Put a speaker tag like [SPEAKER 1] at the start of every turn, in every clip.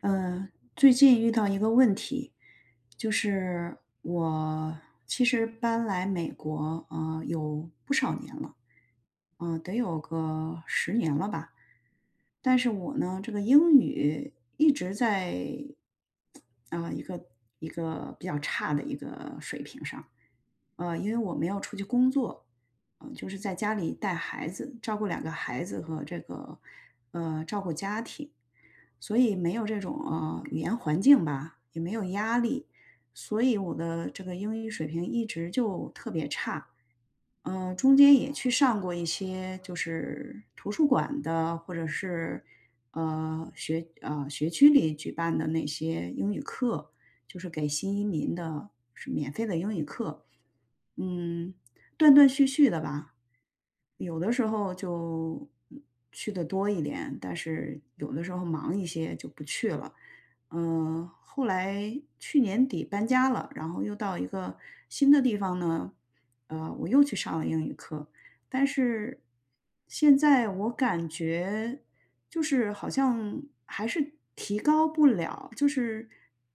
[SPEAKER 1] 呃，最近遇到一个问题，就是我其实搬来美国，有不少年了，得有个十年了吧。但是我呢，这个英语一直在啊、一个一个比较差的一个水平上，因为我没有出去工作，就是在家里带孩子，照顾两个孩子和这个照顾家庭。所以没有这种语言环境吧，也没有压力，所以我的这个英语水平一直就特别差。嗯，中间也去上过一些就是图书馆的，或者是学区里举办的那些英语课，就是给新移民的是免费的英语课。嗯，断断续续的吧。有的时候就去的多一点，但是有的时候忙一些就不去了。嗯，后来去年底搬家了，然后又到一个新的地方呢，我又去上了英语课，但是现在我感觉就是好像还是提高不了，就是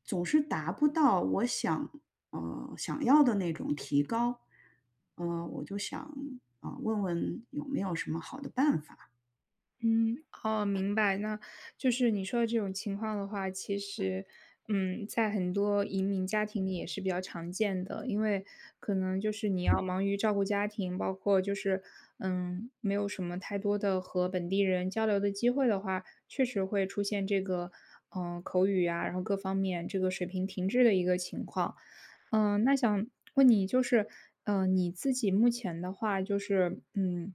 [SPEAKER 1] 总是达不到我想想要的那种提高。我就想问问有没有什么好的办法？
[SPEAKER 2] 嗯，哦，明白。那就是你说的这种情况的话，其实，在很多移民家庭里也是比较常见的，因为可能就是你要忙于照顾家庭，包括就是，没有什么太多的和本地人交流的机会的话，确实会出现这个，口语啊，然后各方面这个水平停滞的一个情况。那想问你，就是，你自己目前的话，就是，嗯，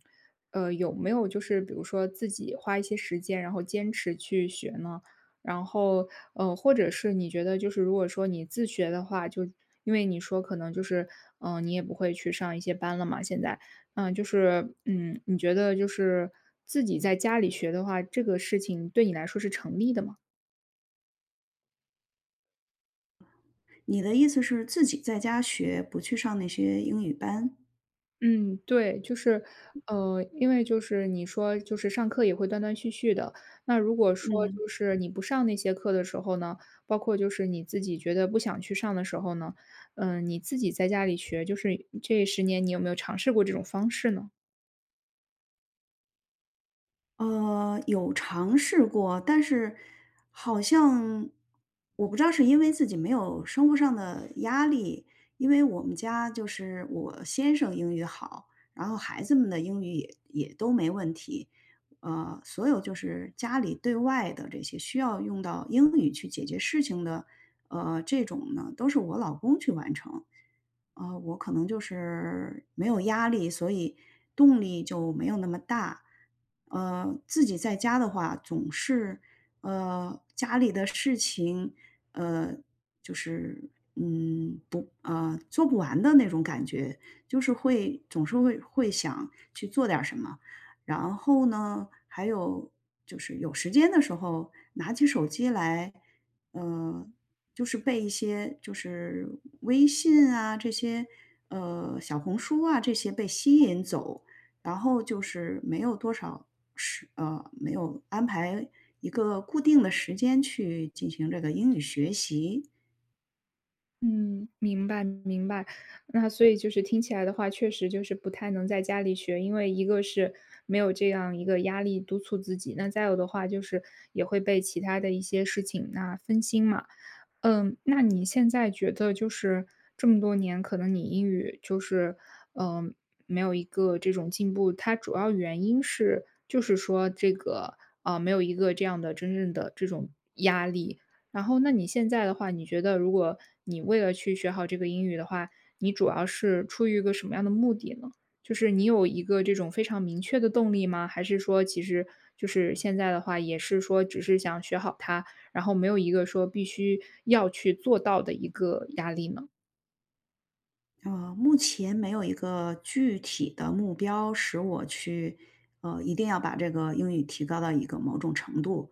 [SPEAKER 2] 呃，有没有就是比如说自己花一些时间，然后坚持去学呢？然后，或者是你觉得就是如果说你自学的话，就因为你说可能就是，你也不会去上一些班了嘛，现在，就是，你觉得就是自己在家里学的话，这个事情对你来说是成立的吗？
[SPEAKER 1] 你的意思是自己在家学，不去上那些英语班？
[SPEAKER 2] 嗯，对，就是，因为就是你说就是上课也会断断续续的，那如果说
[SPEAKER 1] 嗯
[SPEAKER 2] 就是你不上那些课的时候呢，包括就是你自己觉得不想去上的时候呢，你自己在家里学，就是这十年你有没有尝试过这种方式呢？
[SPEAKER 1] 有尝试过，但是好像我不知道是因为自己没有生活上的压力，因为我们家就是我先生英语好，然后孩子们的英语也都没问题，呃，所有就是家里对外的这些需要用到英语去解决事情的，这种呢，都是我老公去完成。我可能就是没有压力，所以动力就没有那么大。自己在家的话，总是家里的事情，呃，就是嗯不呃做不完的那种感觉，就是会总是会想去做点儿什么。然后呢，还有就是有时间的时候，拿起手机来。嗯。就是被一些就是微信啊这些，小红书啊这些被吸引走，然后就是没有多少没有安排一个固定的时间去进行这个英语学习。
[SPEAKER 2] 嗯，明白明白。那所以就是听起来的话，确实就是不太能在家里学，因为一个是没有这样一个压力督促自己，那再有的话就是也会被其他的一些事情那分心嘛。嗯，那你现在觉得就是这么多年，可能你英语就是，嗯，没有一个这种进步，它主要原因是，就是说这个没有一个这样的真正的这种压力。然后，那你现在的话，你觉得如果你为了去学好这个英语的话，你主要是出于一个什么样的目的呢？就是你有一个这种非常明确的动力吗？还是说，其实就是现在的话，也是说只是想学好它，然后没有一个说必须要去做到的一个压力呢？
[SPEAKER 1] 目前没有一个具体的目标使我去，一定要把这个英语提高到一个某种程度。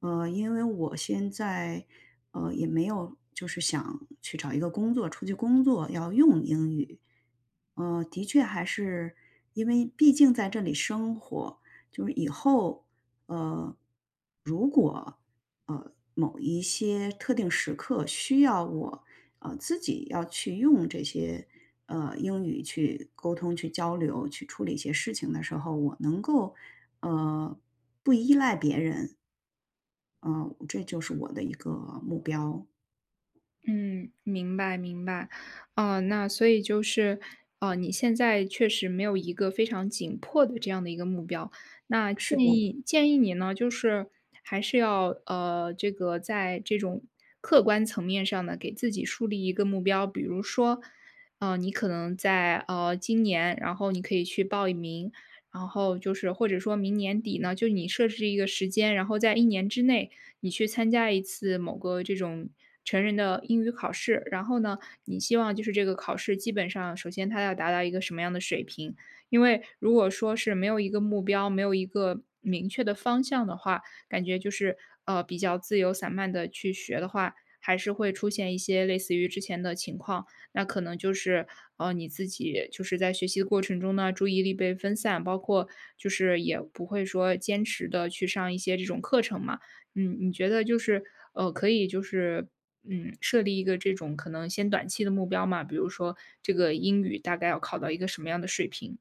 [SPEAKER 1] 因为我现在，也没有就是想去找一个工作，出去工作要用英语。的确还是因为毕竟在这里生活，就是以后，呃，如果。呃，某一些特定时刻需要我，自己要去用这些，英语去沟通、去交流、去处理一些事情的时候，我能够，呃，不依赖别人，啊，这就是我的一个目标。
[SPEAKER 2] 嗯，明白明白。那所以就是，你现在确实没有一个非常紧迫的这样的一个目标。那
[SPEAKER 1] 是
[SPEAKER 2] 建
[SPEAKER 1] 的。
[SPEAKER 2] 议建议你呢，就是还是要这个在这种客观层面上呢，给自己树立一个目标。比如说，你可能在今年，然后你可以去报一名，然后就是或者说明年底呢，就你设置一个时间，然后在一年之内。你去参加一次某个这种成人的英语考试，然后呢，你希望就是这个考试基本上首先它要达到一个什么样的水平，因为如果说是没有一个目标，没有一个明确的方向的话，感觉就是比较自由散漫的去学的话，还是会出现一些类似于之前的情况。那可能就是你自己就是在学习的过程中呢，注意力被分散，包括就是也不会说坚持的去上一些这种课程嘛。嗯，你觉得就是，可以就是，设立一个这种可能先短期的目标嘛，比如说这个英语大概要考到一个什么样的水平？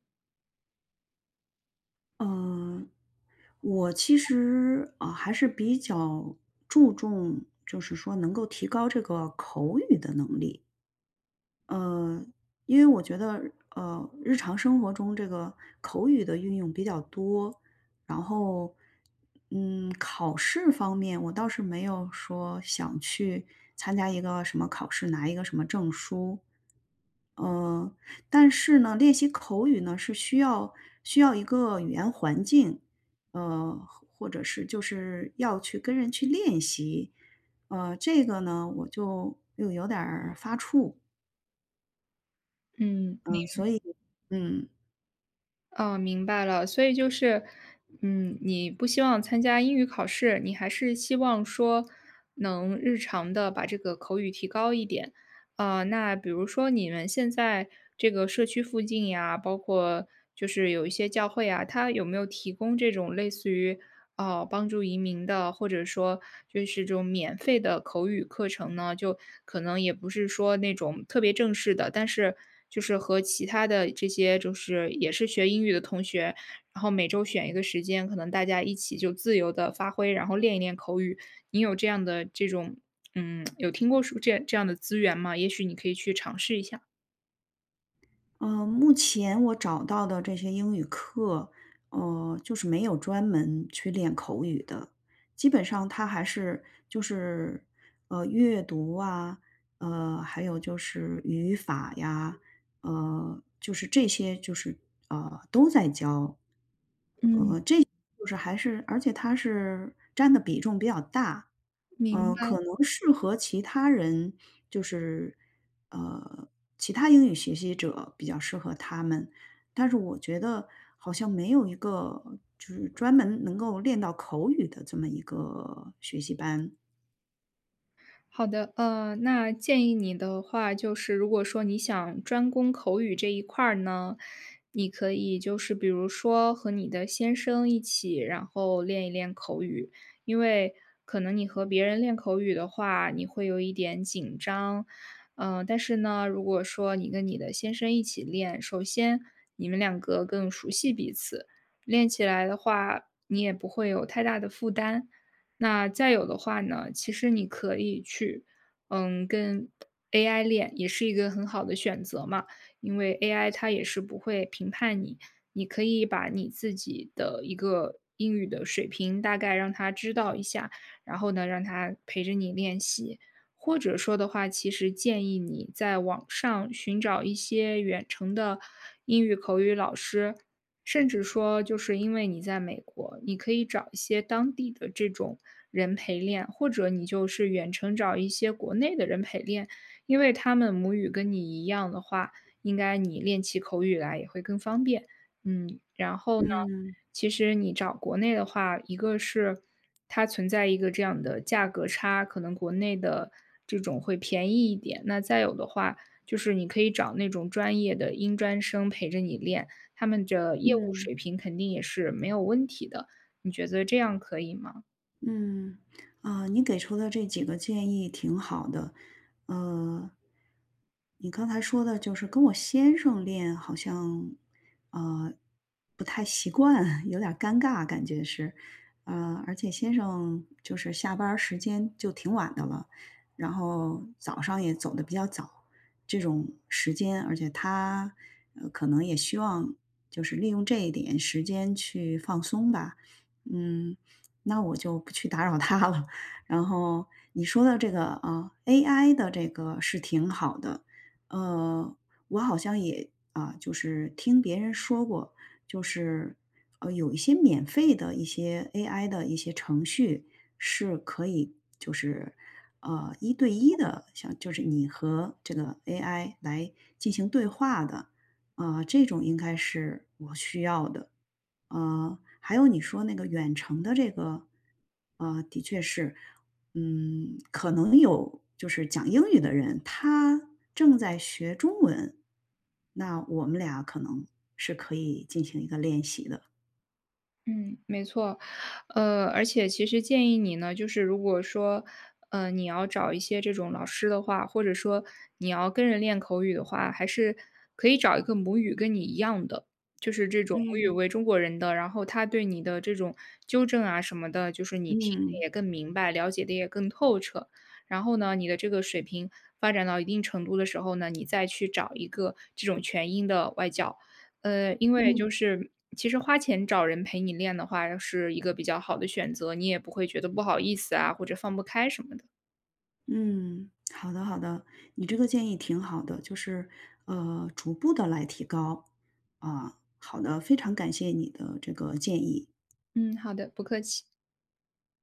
[SPEAKER 1] 嗯，我其实，还是比较注重，就是说能够提高这个口语的能力。呃，因为我觉得，日常生活中这个口语的运用比较多。然后，嗯，考试方面我倒是没有说想去参加一个什么考试，拿一个什么证书，呃，但是呢，练习口语呢是需要一个语言环境，或者是就是要去跟人去练习，这个呢我就又有点儿发怵。
[SPEAKER 2] 嗯，明
[SPEAKER 1] 嗯，所以嗯，
[SPEAKER 2] 哦，明白了。所以就是，你不希望参加英语考试，你还是希望说能日常的把这个口语提高一点。那比如说你们现在这个社区附近呀，包括就是有一些教会啊，它有没有提供这种类似于哦，帮助移民的，或者说就是这种免费的口语课程呢，就可能也不是说那种特别正式的，但是就是和其他的这些就是也是学英语的同学，然后每周选一个时间，可能大家一起就自由的发挥，然后练一练口语。你有这样的这种有听过说这样的资源吗？也许你可以去尝试一下。
[SPEAKER 1] 目前我找到的这些英语课，就是没有专门去练口语的，基本上它还是就是，阅读啊，还有就是语法呀，呃，就是这些就是呃，都在教，
[SPEAKER 2] 嗯，
[SPEAKER 1] 就是还是而且它是占的比重比较大。
[SPEAKER 2] 明
[SPEAKER 1] 嗯，
[SPEAKER 2] 白。
[SPEAKER 1] 可能适合其他人就是，呃，其他英语学习者比较适合他们，但是我觉得好像没有一个就是专门能够练到口语的这么一个学习班。
[SPEAKER 2] 好的，那建议你的话，就是如果说你想专攻口语这一块儿呢，你可以就是比如说和你的先生一起，然后练一练口语，因为可能你和别人练口语的话，你会有一点紧张，但是呢，如果说你跟你的先生一起练，首先你们两个更熟悉彼此，练起来的话，你也不会有太大的负担。那再有的话呢，其实你可以去，跟 AI 练，也是一个很好的选择嘛。因为 AI 它也是不会评判你，你可以把你自己的一个英语的水平大概让他知道一下，然后呢，让他陪着你练习。或者说的话，其实建议你在网上寻找一些远程的英语口语老师，甚至说就是因为你在美国，你可以找一些当地的这种人陪练，或者你就是远程找一些国内的人陪练，因为他们母语跟你一样的话，应该你练起口语来也会更方便。嗯，然后呢，
[SPEAKER 1] 嗯
[SPEAKER 2] 其实你找国内的话，一个是它存在一个这样的价格差，可能国内的这种会便宜一点，那再有的话，就是你可以找那种专业的英专生陪着你练。他们的业务
[SPEAKER 1] 嗯。
[SPEAKER 2] 水平肯定也是没有问题的，你觉得这样可以吗？
[SPEAKER 1] 嗯。啊，你给出的这几个建议挺好的。呃，你刚才说的就是跟我先生练好像，呃，不太习惯，有点儿尴尬，感觉是。而且先生就是下班儿时间就挺晚的了，然后早上也走的比较早，这种时间，而且他，可能也希望就是利用这一点时间去放松吧。嗯，那我就不去打扰他了。然后你说的这个啊，AI 的这个是挺好的。呃，我好像也就是听别人说过，就是有一些免费的一些 AI 的一些程序是可以，就是一对一的，像就是你和这个 AI 来进行对话的。啊，这种应该是我需要的。还有你说那个远程的这个，的确是，嗯，可能有就是讲英语的人，他正在学中文，那我们俩可能是可以进行一个练习的。
[SPEAKER 2] 嗯，没错，而且其实建议你呢，就是如果说，你要找一些这种老师的话，或者说你要跟人练口语的话，还是可以找一个母语跟你一样的，就是这种母语
[SPEAKER 1] 嗯
[SPEAKER 2] 为中国人的，然后他对你的这种纠正啊什么的，就是你听得
[SPEAKER 1] 嗯
[SPEAKER 2] 也更明白，了解的也更透彻。然后呢，你的这个水平发展到一定程度的时候呢，你再去找一个这种全英的外教。因为
[SPEAKER 1] 嗯。
[SPEAKER 2] 就是其实花钱找人陪你练的话是一个比较好的选择，你也不会觉得不好意思啊，或者放不开什么的。
[SPEAKER 1] 嗯，好的好的，你这个建议挺好的，就是逐步的来提高。啊，好的，非常感谢你的这个建议。
[SPEAKER 2] 嗯，好的，不客气。